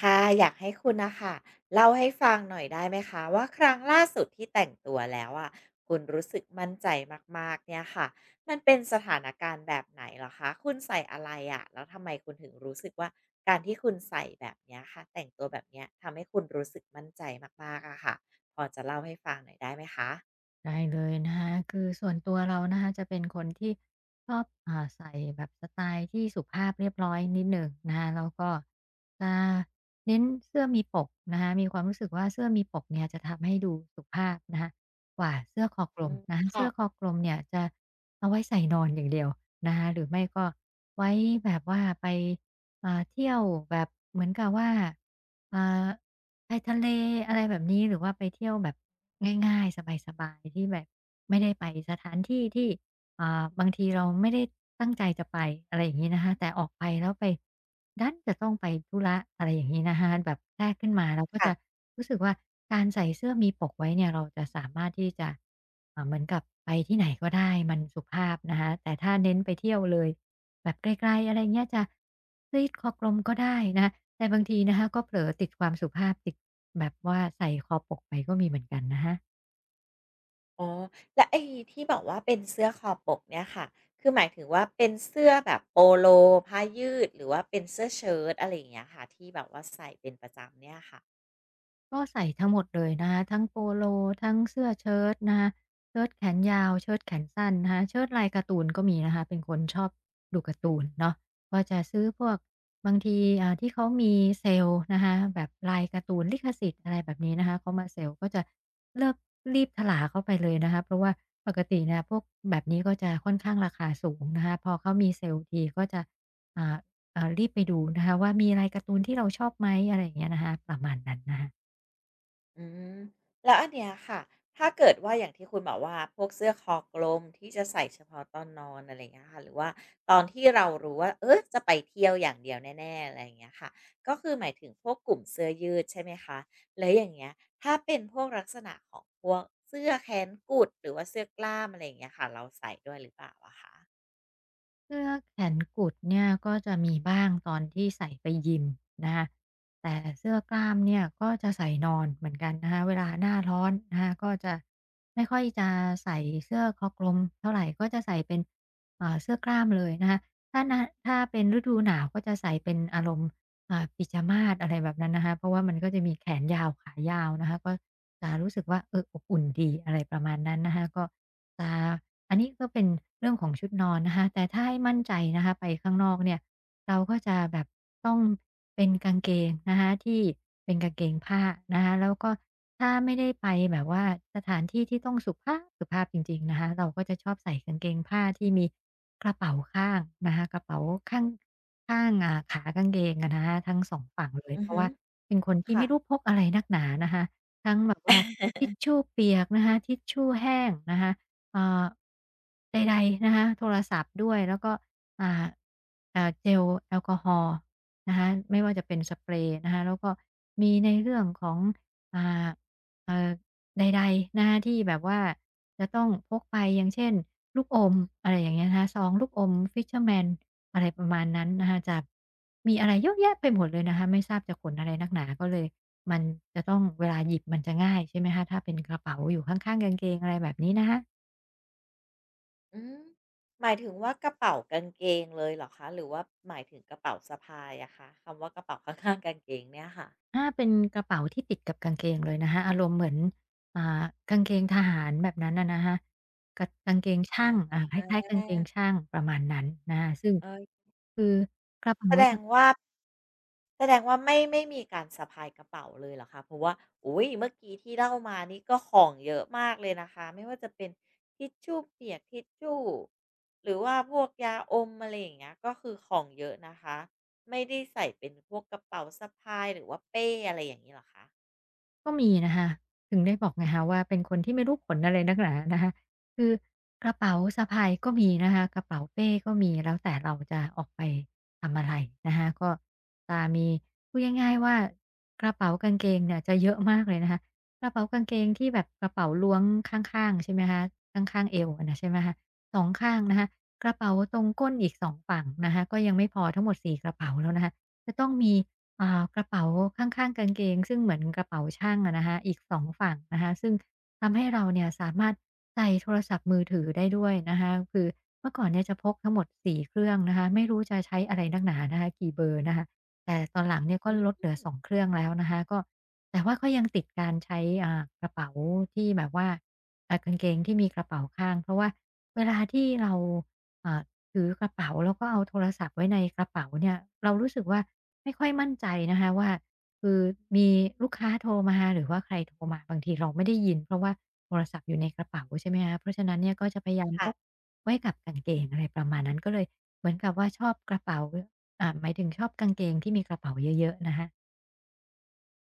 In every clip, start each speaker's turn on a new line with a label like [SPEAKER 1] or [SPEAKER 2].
[SPEAKER 1] ค่ะอยากให้คุณนะคะเล่าให้ฟังหน่อยได้ไหมคะว่าครั้งล่าสุดที่แต่งตัวแล้วอะคุณรู้สึกมั่นใจมากๆเนี่ยค่ะมันเป็นสถานการณ์แบบไหนเหรอคะคุณใส่อะไรอะแล้วทำไมคุณถึงรู้สึกว่าการที่คุณใส่แบบเนี้ยค่ะแต่งตัวแบบเนี้ยทำให้คุณรู้สึกมั่นใจมากๆอะค่ะพอจะเล่าให้ฟังหน่อยได้ไหมคะ
[SPEAKER 2] ได้เลยนะคะคือส่วนตัวเรานะคะจะเป็นคนที่ชอบใส่แบบสไตล์ที่สุภาพเรียบร้อยนิดหนึ่งนะคะแล้วก็จะเน้นเสื้อมีปกนะคะมีความรู้สึกว่าเสื้อมีปกเนี่ยจะทำให้ดูสุภาพนะคะกว่าเสื้อคอกล
[SPEAKER 1] อื
[SPEAKER 2] ม
[SPEAKER 1] ม
[SPEAKER 2] นะคะ
[SPEAKER 1] ะ
[SPEAKER 2] เสื้อคอกลมเนี่ยจะเอาไว้ใส่นอนอย่างเดียวนะคะหรือไม่ก็ไว้แบบว่าไป เที่ยวแบบเหมือนกับว่าอ่าไปทะเลอะไรแบบนี้หรือว่าไปเที่ยวแบบง่ายๆสบายๆที่แบบไม่ได้ไปสถานที่ที่ บางทีเราไม่ได้ตั้งใจจะไปอะไรอย่างงี้นะคะแต่ออกไปแล้วไปดันจะต้องไปธุระอะไรอย่างงี้นะคะแบบแทรกขึ้นมาเราก็
[SPEAKER 1] ค่ะ
[SPEAKER 2] จะรู้สึกว่าการใส่เสื้อมีปกไว้เนี่ยเราจะสามารถที่จะเหมือนกับไปที่ไหนก็ได้มันสุภาพนะคะแต่ถ้าเน้นไปเที่ยวเลยแบบไกลๆอะไรเงี้ยจะรีดคอกลมก็ได้นะคะแต่บางทีนะคะก็เผลอติดความสุภาพติดแบบว่าใส่คอปกไปก็มีเหมือนกันนะคะ
[SPEAKER 1] อ๋อแล้วไอ้ที่บอกว่าเป็นเสื้อคอปกเนี่ยค่ะคือหมายถึงว่าเป็นเสื้อแบบโปโลผ้ายืดหรือว่าเป็นเสื้อเชิ้ตอะไรอย่างเงี้ยค่ะที่แบบว่าใส่เป็นประจำเนี่ยค่ะ
[SPEAKER 2] ก็ใส่ทั้งหมดเลยนะคะทั้งโปโลทั้งเสื้อเชิ้ตนะคะเชิ้ตแขนยาวเชิ้ตแขนสั้นนะคะเชิ้ตลายการ์ตูนก็มีนะคะเป็นคนชอบดูการ์ตูนเนาะก็จะซื้อพวกบางทีที่เขามีเซลล์นะคะแบบลายการ์ตูนลิขสิทธิ์อะไรแบบนี้นะคะเขามาเซลล์ก็จะเลิกรีบถลาเข้าไปเลยนะคะเพราะว่าปกติเนี่ยพวกแบบนี้ก็จะค่อนข้างราคาสูงนะคะพอเขามีเซลล์ทีก็จะอ่าเอ่ารีบไปดูนะคะว่ามีลายการ์ตูนที่เราชอบไหมอะไรอย่างเงี้ยนะคะประมาณนั้นนะคะ
[SPEAKER 1] อืมแล้วอันเนี้ยค่ะถ้าเกิดว่าอย่างที่คุณบอกว่าพวกเสื้อคอกลมที่จะใส่เฉพาะตอนนอนอะไรอย่างเงี้ยค่ะหรือว่าตอนที่เรารู้ว่าเออจะไปเที่ยวอย่างเดียวแน่ๆอะไรอย่างเงี้ยค่ะก็คือหมายถึงพวกกลุ่มเสื้อยืดใช่ไหมคะแล้วอย่างเงี้ยถ้าเป็นพวกลักษณะของพวกเสื้อแขนกุดหรือว่าเสื้อกล้ามอะไรอย่างเงี้ยค่ะเราใส่ด้วยหรือเปล่าอะคะ
[SPEAKER 2] เสื้อแขนกุดเนี่ยก็จะมีบ้างตอนที่ใส่ไปยิมนะคะแต่เสื้อกล้ามเนี่ยก็จะใส่นอนเหมือนกันนะคะเวลาหน้าร้อนนะคะก็จะไม่ค่อยจะใส่เสื้อคอกลมเท่าไรก็จะใส่เป็นเสื้อกล้ามเลยนะคะถ้าหน้าถ้าเป็นฤดูหนาวก็จะใส่เป็นอารมณ์ปิจามาสอะไรแบบนั้นนะคะเพราะว่ามันก็จะมีแขนยาวขายาวนะคะก็จะรู้สึกว่าเอออบอุ่นดีอะไรประมาณนั้นนะคะก็ ออันนี้ก็เป็นเรื่องของชุดนอนนะคะแต่ถ้าให้มั่นใจนะคะไปข้างนอกเนี่ยเราก็จะแบบต้องเป็นกางเกงนะคะที่เป็นกางเกงผ้านะคะแล้วก็ถ้าไม่ได้ไปแบบว่าสถานที่ที่ต้องสุภาพสุภาพจริงๆนะคะเราก็จะชอบใส่กางเกงผ้าที่มีกระเป๋าข้างนะคะกระเป๋าข้างข้างขากางเกงอะนะคะทั้งสองฝั่งเลย
[SPEAKER 1] อือ
[SPEAKER 2] เพราะ
[SPEAKER 1] ฮึ
[SPEAKER 2] ว่าเป็นคนที่
[SPEAKER 1] ค่ะ
[SPEAKER 2] ไม่รู้พกอะไรนักหนานะคะทั้งแบบว่าทิชชู่เปียกนะคะทิชชู่แห้งนะคะ อ่าใดๆนะคะโทรศัพท์ด้วยแล้วก็อ่าเจลแอลกอฮอล์นะคะไม่ว่าจะเป็นสเปรย์นะคะแล้วก็มีในเรื่องของอ่าเอ่อใดๆนะคะที่แบบว่าจะต้องพกไปอย่างเช่นลูกอมอะไรอย่างเงี้ยนะคะซองลูกอม Fisherman อะไรประมาณนั้นนะคะจะมีอะไรเยอะแยะไปหมดเลยนะคะไม่ทราบจะขนอะไรนักหนาก็เลยมันจะต้องเวลาหยิบมันจะง่ายใช่ไหมคะถ้าเป็นกระเป๋าอยู่ข้างๆกางเกงอะไรแบบนี้นะคะ
[SPEAKER 1] อืมหมายถึงว่ากระเป๋ากางเกงเลยเหรอคะหรือว่าหมายถึงกระเป๋าสะพายอะคะคำว่ากระเป๋าข้างๆกางเกงเนี่ยค่ะ
[SPEAKER 2] ถ้าเป็นกระเป๋าที่ติดกับกางเกงเลยนะคะอารมณ์เหมือนอ่ากางเกงทหารแบบนั้นน่ะนะคะกะกางเกงช่างคล้า
[SPEAKER 1] อา
[SPEAKER 2] ยๆกางเกงช่างประมาณนั้นนะคะซึ่ง
[SPEAKER 1] เออ
[SPEAKER 2] คือกระเป๋า
[SPEAKER 1] แสดง
[SPEAKER 2] สะ
[SPEAKER 1] ว่าแสดงว่าไม่ไม่มีการสะพายกระเป๋าเลยเหรอคะเพราะว่าอุ้ยเมื่อกี้ที่เล่ามานี่ก็ของเยอะมากเลยนะคะไม่ว่าจะเป็นทิชชู่เปียกทิชชู่หรือว่าพวกยาอมอะไรอย่างเงี้ยก็คือของเยอะนะคะไม่ได้ใส่เป็นพวกกระเป๋าสะพายหรือว่าเป้อะไรอย่างงี้เหรอคะ
[SPEAKER 2] ก็มีนะคะถึงได้บอกไงคะว่าเป็นคนที่ไม่รู้ผลอะไรนักหนานะคะคือกระเป๋าสะพายก็มีนะคะกระเป๋าเป้ก็มีแล้วแต่เราจะออกไปทำอะไรนะคะก็จะมีพูดง่ายๆว่ากระเป๋ากางเกงเนี่ยจะเยอะมากเลยนะคะกระเป๋ากางเกงที่แบบกระเป๋าล้วงข้างๆใช่ไหมคะข้างๆเอวอะนะใช่ไหมคะสองข้างนะคะกระเป๋าตรงก้นอีกสองฝั่งนะคะก็ยังไม่พอทั้งหมดสี่กระเป๋าแล้วนะคะจะต้องมี อ่ากระเป๋าข้างๆกางเกงซึ่งเหมือนกระเป๋าช่างอะนะคะอีกสองฝั่งนะคะซึ่งทำให้เราเนี่ยสามารถใส่โทรศัพท์มือถือได้ด้วยนะคะคือเมื่อก่อนเนี่ยจะพกทั้งหมดสี่เครื่องนะคะไม่รู้จะใช้อะไรนักหนานะคะกี่เบอร์นะคะแต่ตอนหลังเนี่ยก็
[SPEAKER 1] อื
[SPEAKER 2] ลดเห
[SPEAKER 1] ม
[SPEAKER 2] ลือ2เครื่องแล้วนะคะก็แต่ว่าก็ยังติดการใช้กระเป๋าที่แบบว่ากางเกงที่มีกระเป๋าข้างเพราะว่าเวลาที่เราอ่าถือกระเป๋าแล้วก็เอาโทรศัพท์ไว้ในกระเป๋าเนี่ยเรารู้สึกว่า ไม่ค่อยมั่นใจนะคะว่าคือมีลูกค้าโทรมาหรือว่าใครโทรมาบางทีเราไม่ได้ยินเพราะว่าโทรศัพท์อยู่ในกระเป๋าใช่ไหมคะเพราะฉะนั้นเนี่ยก็จะพยายามพก
[SPEAKER 1] ค่ะ
[SPEAKER 2] ไว้กับกางเกงอะไรประมาณนั้นก็เลยเหมือนกับว่าชอบกระเป๋าหมายถึงชอบกางเกงที่มีกระเป๋าเยอะๆนะคะ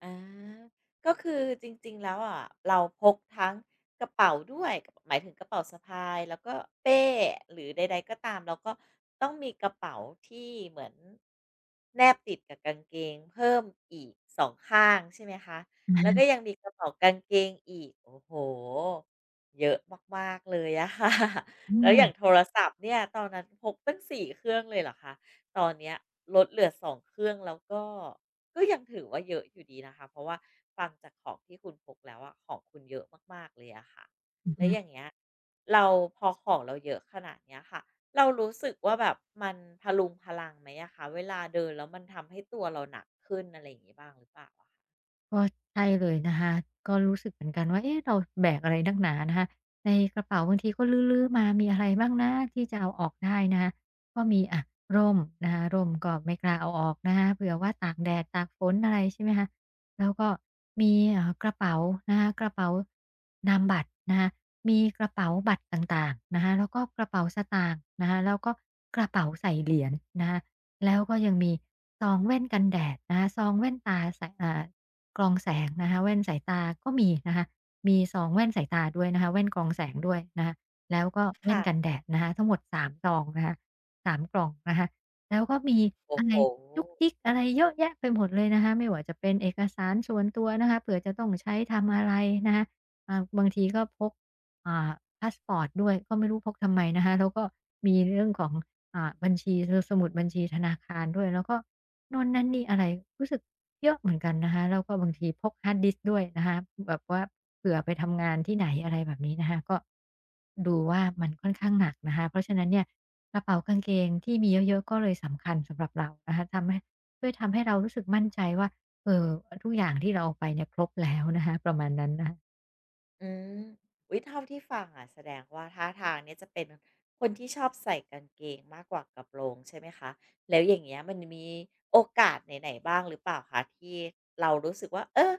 [SPEAKER 1] อาก็คือจริงๆแล้วอะเราพกทั้งกระเป๋าด้วยหมายถึงกระเป๋าสะพายแล้วก็เป้หรือใดๆก็ตามเราก็ต้องมีกระเป๋าที่เหมือนแนบติดกับกางเกงเพิ่มอีกสองข้างใช่ไหมคะแล้วก็
[SPEAKER 2] อา
[SPEAKER 1] ยังมีกระเป๋ากางเกงอีกโอ้โฮเยอะมากๆเลยอะค่ะ
[SPEAKER 2] อื
[SPEAKER 1] แล้วอย่างโทรศัพท์เนี่ยตอนนั้นพกตั้งสี่เครื่องเลยเหรอคะตอนเนี้ยลดเหลือสองเครื่องแล้วก็ ก็ยังถือว่าเยอะอยู่ดีนะคะเพราะว่าฟังจากของที่คุณพกแล้วอะของคุณเยอะมากๆเลยอะค่ะ
[SPEAKER 2] อฮึ
[SPEAKER 1] แล้วอย่างเงี้ย เราพอของเราเยอะขนาดเนี้ยค่ะ เรารู้สึกว่าแบบมันพะรุงพลังไหมอะคะเวลาเดินแล้วมันทำให้ตัวเราหนักขึ้นอะไรอย่างงี้บ้างหรือเปล่าอะ
[SPEAKER 2] ก็ใช่เลยนะคะก็รู้สึกเหมือนกันว่าเอ๊ะเราแบกอะไรนักหนานะคะในกระเป๋าบางทีก็ลื้อๆมามีอะไรบ้างนะที่จะเอาออกได้นะคะก็มีอะร่มนะคะร่มก็ไม่กล้าเอาออกนะคะเผื่อว่าตากแดดตากฝนอะไรใช่ไหมคะแล้วก็มีกระเป๋านะคะกระเป๋านามบัตรนะคะมีกระเป๋าบัตรต่างๆนะคะแล้วก็กระเป๋าสตางค์นะคะแล้วก็กระเป๋าใส่เหรียญนะคะแล้วก็ยังมีซองแว่นกันแดดนะคะซองแว่นตาใส่กรองแสงนะคะแว่นสายตาก็มีนะคะมีสองแว่นสายตาด้วยนะคะแว่นกรองแสงด้วยนะคะแล้วก็
[SPEAKER 1] ค่ะ
[SPEAKER 2] แว่นกัน
[SPEAKER 1] ค่ะ
[SPEAKER 2] แดดนะคะทั้งหมด3ซองนะคะสามกล่องนะคะแล้วก็มี
[SPEAKER 1] โอ้
[SPEAKER 2] อะ
[SPEAKER 1] โห
[SPEAKER 2] ไรจุกจิกอะไรเยอะแยะไปหมดเลยนะคะไม่ว่าจะเป็นเอกสารส่วนตัวนะคะเผื่อจะต้องใช้ทำอะไรนะคะบางทีก็พกอ่าพาสปอร์ตด้วยก็ไม่รู้พกทำไมนะคะแล้วก็มีเรื่องของ บัญชีสสมุดบัญชีธนาคารด้วยแล้วก็โน่นนั่นนี่อะไรรู้สึกเยอะเหมือนกันนะคะแล้วก็บางทีพกฮาร์ดดิสก์ด้วยนะคะแบบว่าเผื่อไปทำงานที่ไหนอะไรแบบนี้นะคะก็ดูว่ามันค่อนข้างหนักนะคะเพราะฉะนั้นเนี่ยกระเป๋ากางเกงที่มีเยอะๆก็เลยสำคัญสำหรับเรานะคะทำให้ช่วยทำให้เรารู้สึกมั่นใจว่าเอ่อทุกอย่างที่เราเอาไปเนี่ยครบแล้วนะคะประมาณนั้นนะคะ
[SPEAKER 1] อืมอุ๊ยเท่าที่ฟังอ่ะแสดงว่าท่าทางเนี่ยจะเป็นคนที่ชอบใส่กางเกงมากกว่ากระโปรงใช่ไหมคะแล้วอย่างเงี้ยมันมีโอกาสไหนๆบ้างหรือเปล่าคะที่เรารู้สึกว่าเออ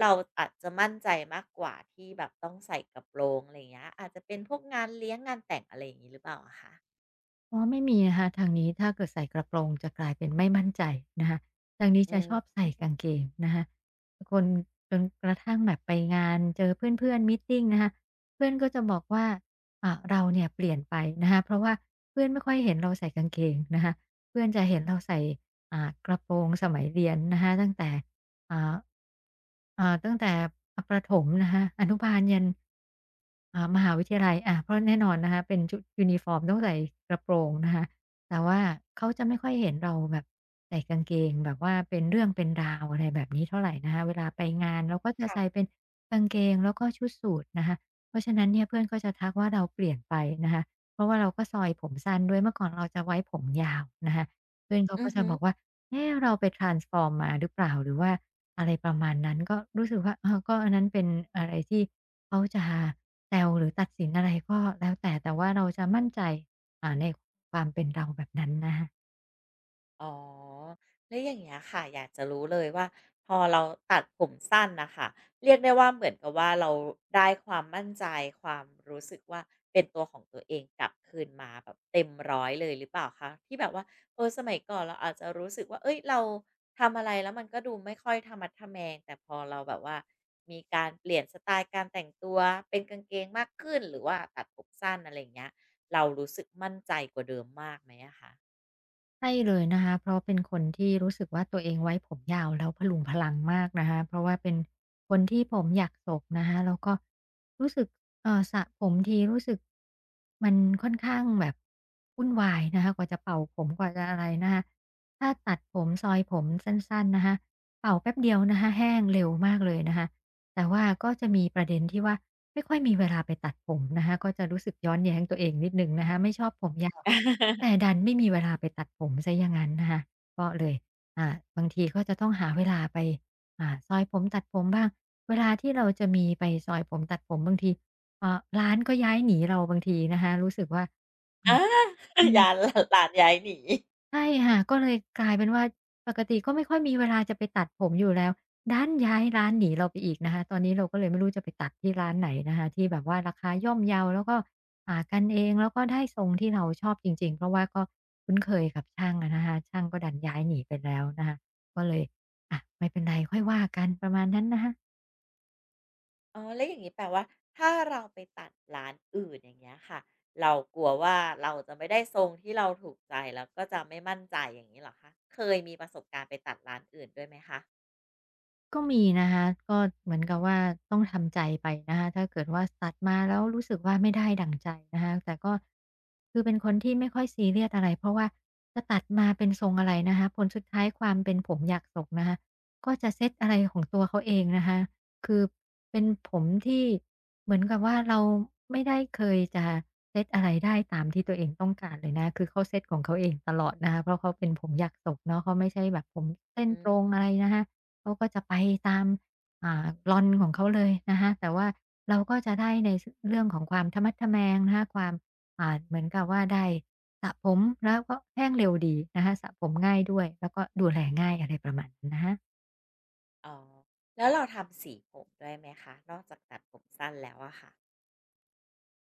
[SPEAKER 1] เราอาจจะมั่นใจมากกว่าที่แบบต้องใส่กระโปรงอะไรอย่างเงี้ยอาจจะเป็นพวกงานเลี้ยงงานแต่งอะไรอย่างงี้หรือเปล่าอะคะ
[SPEAKER 2] อ๋อไม่มีนะคะทางนี้ถ้าเกิดใส่กระโปรงจะกลายเป็นไม่มั่นใจนะคะทางนี้
[SPEAKER 1] อื
[SPEAKER 2] จะชอบ
[SPEAKER 1] ม
[SPEAKER 2] ใส่กางเกงนะคะคนจนกระทั่งแบบไปงานเจอเพื่อนๆมีตติงนะคะเพื่อนก็จะบอกว่าเราเนี่ยเปลี่ยนไปนะคะเพราะว่าเพื่อนไม่ค่อยเห็นเราใส่กางเกงนะคะเพื่อนจะเห็นเราใส่อ่ากระโปรงสมัยเรียนนะคะตั้งแต่ อ่าตั้งแต่อประถมนะคะอนุบาลยันมหาวิทยาลัยเพราะแน่นอนนะคะเป็นชุดยูนิฟอร์มต้องใส่กระโปรงนะคะแต่ว่าเขาจะไม่ค่อยเห็นเราแบบใส่กางเกงแบบว่าเป็นเรื่องเป็นราวอะไรแบบนี้เท่าไรนะคะเวลาไปงานเราก็จะใส่
[SPEAKER 1] ค่ะ
[SPEAKER 2] เป็นกางเกงแล้วก็ชุดสูทนะคะเพราะฉะนั้นเนี่ยเพื่อนก็จะทักว่าเราเปลี่ยนไปนะคะเพราะว่าเราก็ซอยผมสั้นด้วยเมื่อก่อนเราจะไว้ผมยาวนะคะเพื่อนเขา
[SPEAKER 1] อื
[SPEAKER 2] ก็
[SPEAKER 1] อ
[SPEAKER 2] จะ
[SPEAKER 1] ฮึ
[SPEAKER 2] บอกว่าเอ๊ะเราไป transform มาหรือเปล่าหรือว่า อะไรประมาณนั้นก็รู้สึกว่าเออก็อันนั้นเป็นอะไรที่เขาจะแซวหรือตัดสินอะไรก็แล้วแต่แต่ว่าเราจะมั่นใจในความเป็นเราแบบนั้นนะคะ
[SPEAKER 1] อ๋อแล้วอย่างเงี้ยค่ะอยากจะรู้เลยว่าพอเราตัดผมสั้นน่ะค่ะเรียกได้ว่าเหมือนกับว่าเราได้ความมั่นใจความรู้สึกว่าเป็นตัวของตัวเองกลับคืนมาแบบเต็มร้อยเลยหรือเปล่าคะที่แบบว่าเออสมัยก่อนเราอาจจะรู้สึกว่าเฮ้ยเราทำอะไรแล้วมันก็ดูไม่ค่อยทะมัดทะแมงแต่พอเราแบบว่ามีการเปลี่ยนสไตล์การแต่งตัวเป็นกางเกงมากขึ้นหรือว่าตัดผมสั้นอะไรอย่างเงี้ยเรารู้สึกมั่นใจกว่าเดิมมากไหมอะคะ
[SPEAKER 2] ใช่เลยนะคะ เพราะเป็นคนที่รู้สึกว่าตัวเองไว้ผมยาวแล้วพลรุงพลังมากนะคะเพราะว่าเป็นคนที่ผมอยากศกนะคะแล้วก็รู้สึกสระผมทีรู้สึกมันค่อนข้างแบบวุ่นวายนะคะกว่าจะเป่าผมกว่าจะอะไรนะคะถ้าตัดผมซอยผมสั้นๆนะคะเป่าแป๊บเดียวนะคะแห้งเร็วมากเลยนะคะแต่ว่าก็จะมีประเด็นที่ว่า ไม่ค่อยมีเวลาไปตัดผมนะคะก็จะรู้สึกย้อนแย้งตัวเองนิดหนึ่งนะคะไม่ชอบผมยาวแต่ ดันไม่มีเวลาไปตัดผมเสียอย่างนั้นนะคะก็เลยอ่าบางทีก็จะต้องหาเวลาไปซอยผมตัดผมบ้างเวลาที่เราจะมีไปซอยผมตัดผมบางทีร้านก็ย้ายหนีเราบางทีนะคะรู้สึกว่าอืม
[SPEAKER 1] อา
[SPEAKER 2] คื อ
[SPEAKER 1] ย้านร้านย้ายหนี
[SPEAKER 2] ใช่ค่ะก็เลยกลายเป็นว่าปกติก็ไม่ค่อยมีเวลาจะไปตัดผมอยู่แล้วดันย้ายร้านหนีเราไปอีกนะคะตอนนี้เราก็เลยไม่รู้จะไปตัดที่ร้านไหนนะคะที่แบบว่าราคาย่อมเยาแล้วก็หากันเองแล้วก็ได้ทรงที่เราชอบจริงๆเพราะว่าก็คุ้นเคยกับช่างอะนะคะช่างก็ดันย้ายหนีไปแล้วนะคะก็เลยอะไม่เป็นไรค่อยว่ากันประมาณนั้นนะคะ
[SPEAKER 1] อ๋อแล้วอย่างนี้แปลว่าถ้าเราไปตัดร้านอื่นอย่างเงี้ยค่ะ เรากลัวว่าเราจะไม่ได้ทรงที่เราถูกใจแล้วก็จะไม่มั่นใจอย่างนี้เหรอคะเคยมีประสบการณ์ไปตัดร้านอื่นด้วยไหมคะ
[SPEAKER 2] ก็มีนะคะก็เหมือนกับว่าต้องทำใจไปนะคะถ้าเกิดว่าตัดมาแล้วรู้สึกว่าไม่ได้ดั่งใจนะคะแต่ก็คือเป็นคนที่ไม่ค่อยซีเรียสอะไรเพราะว่าจะตัดมาเป็นทรงอะไรนะคะผลสุดท้ายความเป็นผมอยากศกนะคะก็จะเซตอะไรของตัวเขาเองนะคะคือเป็นผมที่เหมือนกับว่าเราไม่ได้เคยจะเซตอะไรได้ตามที่ตัวเองต้องการเลยนะคือเขาเซตของเขาเองตลอดนะคะเพราะเขาเป็นผมอยากศกเนาะเขาไม่ใช่แบบผมเส้น
[SPEAKER 1] อื
[SPEAKER 2] ตรง
[SPEAKER 1] ม
[SPEAKER 2] อะไรนะคะ เขาก็จะไปตามกลอนของเขาเลยนะคะแต่ว่าเราก็จะได้ในเรื่องของความทะมัดทะแมงนะคะความเหมือนกับว่าได้สระผมแล้วก็แห้งเร็วดีนะคะสระผมง่ายด้วยแล้วก็ดูแลง่ายอะไรประมาณนั้นนะคะ
[SPEAKER 1] อ๋อแล้วเราทำสีผมด้วยไหมคะ นอกจากตัดผมสั้นแล้วอะค่ะ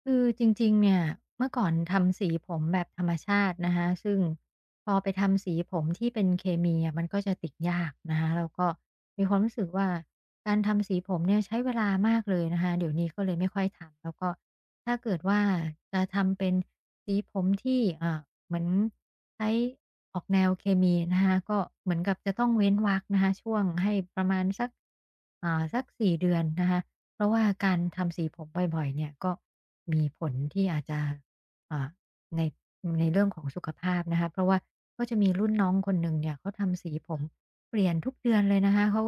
[SPEAKER 2] คือจริงๆเนี่ยเมื่อก่อนทำสีผมแบบธรรมชาตินะคะซึ่งพอไปทำสีผมที่เป็นเคมีอะมันก็จะติดยากนะคะแล้วก็มีความรู้สึกว่าการทำสีผมเนี่ยใช้เวลามากเลยนะคะเดี๋ยวนี้ก็เลยไม่ค่อยทำแล้วก็ถ้าเกิดว่าจะทำเป็นสีผมที่เอ่าเหมือนใช้ออกแนวเคมีนะคะก็เหมือนกับจะต้องเว้นวรรคนะคะช่วงให้ประมาณสักสัก4เดือนนะคะ เพราะว่าการทำสีผมบ่อยๆเนี่ยก็มีผลที่อาจจะอ่าในเรื่องของสุขภาพนะคะเพราะว่าก็จะมีรุ่นน้องคนหนึ่งเนี่ยเขาทำสีผมเปลี่ยนทุกเดือนเลยนะคะเขา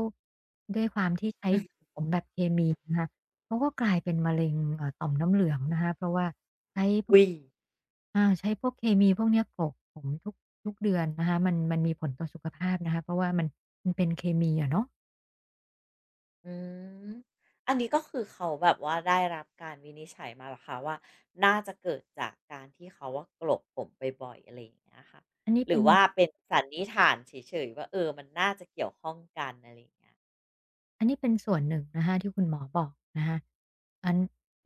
[SPEAKER 2] ด้วยความที่ใช้ ผมแบบเคมีนะคะเขาก็กลายเป็นมะเร็งต่อมน้ำเหลืองนะคะเพราะว่าใช้พวก
[SPEAKER 1] อุ๊ย
[SPEAKER 2] ใช้พวกเคมีพวกเนี้ยโขลกผมทุกเดือนนะคะมันมีผลต่อสุขภาพนะคะเพราะว่ามันมันเป็นเคมีอะเนาะ
[SPEAKER 1] อืมอันนี้ก็คือเขาแบบว่าได้รับการวินิจฉัยมาเหรอคะว่าน่าจะเกิดจากการที่เขาว่ากลบผมบ่อยๆอะไรอย่างเงี้ยค่ะ
[SPEAKER 2] อันนี้
[SPEAKER 1] หรื
[SPEAKER 2] เป็
[SPEAKER 1] อ
[SPEAKER 2] น
[SPEAKER 1] ว่าเป็นสันนิษฐานเฉยๆว่าเออมันน่าจะเกี่ยวข้องกันอะไรอย่างเงี้ย
[SPEAKER 2] อันนี้เป็นส่วนหนึ่งนะคะที่คุณหมอบอกนะคะอัน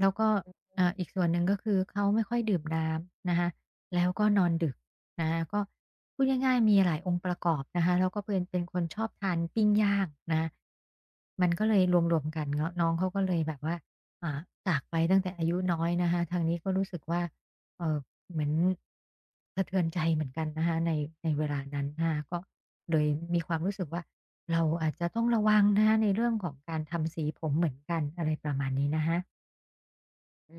[SPEAKER 2] แล้วก็อีกส่วนหนึ่งก็คือเขาไม่ค่อยดื่มน้ำนะคะแล้วก็นอนดึกนะคะก็พูดง่ายๆมีหลายองค์ประกอบนะคะแล้วก็เป็นเป็นคนชอบทานปิ้งย่างนะคะมันก็เลยรวมๆกันเนาะน้องเขาก็เลยแบบว่าอ่าจากไปตั้งแต่อายุน้อยนะคะทางนี้ก็รู้สึกว่าเออ เหมือนสะเทือนใจเหมือนกันนะคะในเวลานั้นนะคะก็เลยมีความรู้สึกว่าเราอาจจะต้องระวังนะคะในเรื่องของการทำสีผมเหมือนกันอะไรประมาณนี้นะคะ
[SPEAKER 1] อื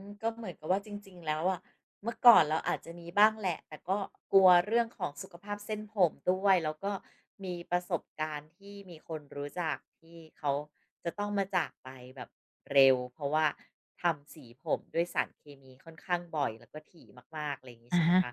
[SPEAKER 1] มก็เหมือนกับว่าจริงๆแล้วอะเมื่อก่อนเราอาจจะมีบ้างแหละแต่ก็กลัวเรื่องของสุขภาพเส้นผมด้วยแล้วก็มีประสบการณ์ที่มีคนรู้จักที่เขาจะต้องมาจากไปแบบเร็วเพราะว่าทำสีผมด้วยสารเคมีค่อนข้างบ่อยแล้วก็ถี่มากๆอะไรอย่างงี้
[SPEAKER 2] อะ
[SPEAKER 1] ใช่ไหม
[SPEAKER 2] ฮะ
[SPEAKER 1] คะ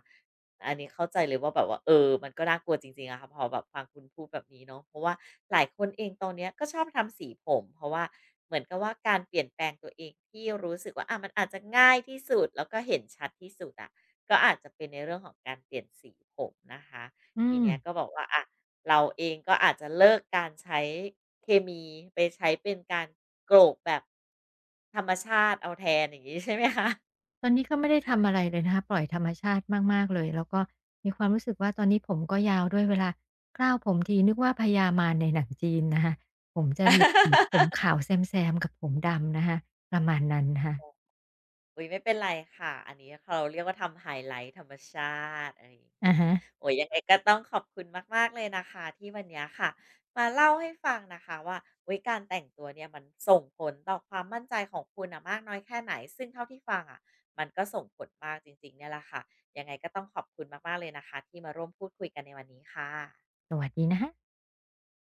[SPEAKER 1] อันนี้เข้าใจเลยว่าแบบว่าเออมันก็น่ากลัวจริงๆอะค่ะพอแบบฟังคุณพูดแบบนี้เนาะเพราะว่าหลายคนเองตอนเนี้ยก็ชอบทำสีผมเพราะว่าเหมือนกับว่าการเปลี่ยนแปลงตัวเองที่รู้สึกว่าอามันอาจจะง่ายที่สุดแล้วก็เห็นชัดที่สุดอะก็อาจจะเป็นในเรื่องของการเปลี่ยนสีผมนะคะ
[SPEAKER 2] อื
[SPEAKER 1] ที
[SPEAKER 2] ม
[SPEAKER 1] เนี้ยก็บอกว่าอะเราเองก็อาจจะเลิกการใช้เคมีไปใช้เป็นการโกรกแบบธรรมชาติเอาแทนอย่างงี้ใช่ไหมคะ
[SPEAKER 2] ตอนนี้ก็ไม่ได้ทำอะไรเลยนะคะปล่อยธรรมชาติมากๆเลยแล้วก็มีความรู้สึกว่าตอนนี้ผมก็ยาวด้วยเวลาเคล้าผมทีนึกว่าพญามารในหนังจีนนะคะผมจะมีผม ขาวแซมๆกับผมดำนะคะประมาณนั้นนะคะ
[SPEAKER 1] อุ๊ยไม่เป็นไรค่ะอันนี้เขาเรียกว่าทำไฮไลต์ธรรมชาติอะไรอย่างง
[SPEAKER 2] อะ
[SPEAKER 1] ี้
[SPEAKER 2] ฮะ
[SPEAKER 1] โอ้โฮยังไงก็ต้องขอบคุณมากๆเลยนะคะที่วันเนี้ยค่ะมาเล่าให้ฟังนะคะว่าอุ๊ยการแต่งตัวเนี่ยมันส่งผลต่อความมั่นใจของคุณน่ะมากน้อยแค่ไหนซึ่งเท่าที่ฟังอะมันก็ส่งผลมากจริงๆเนี่ยแหละค่ะยังไงก็ต้องขอบคุณมากๆเลยนะคะที่มาร่วมพูดคุยกันในวันนี้ค่ะ
[SPEAKER 2] สวัสดีนะคะ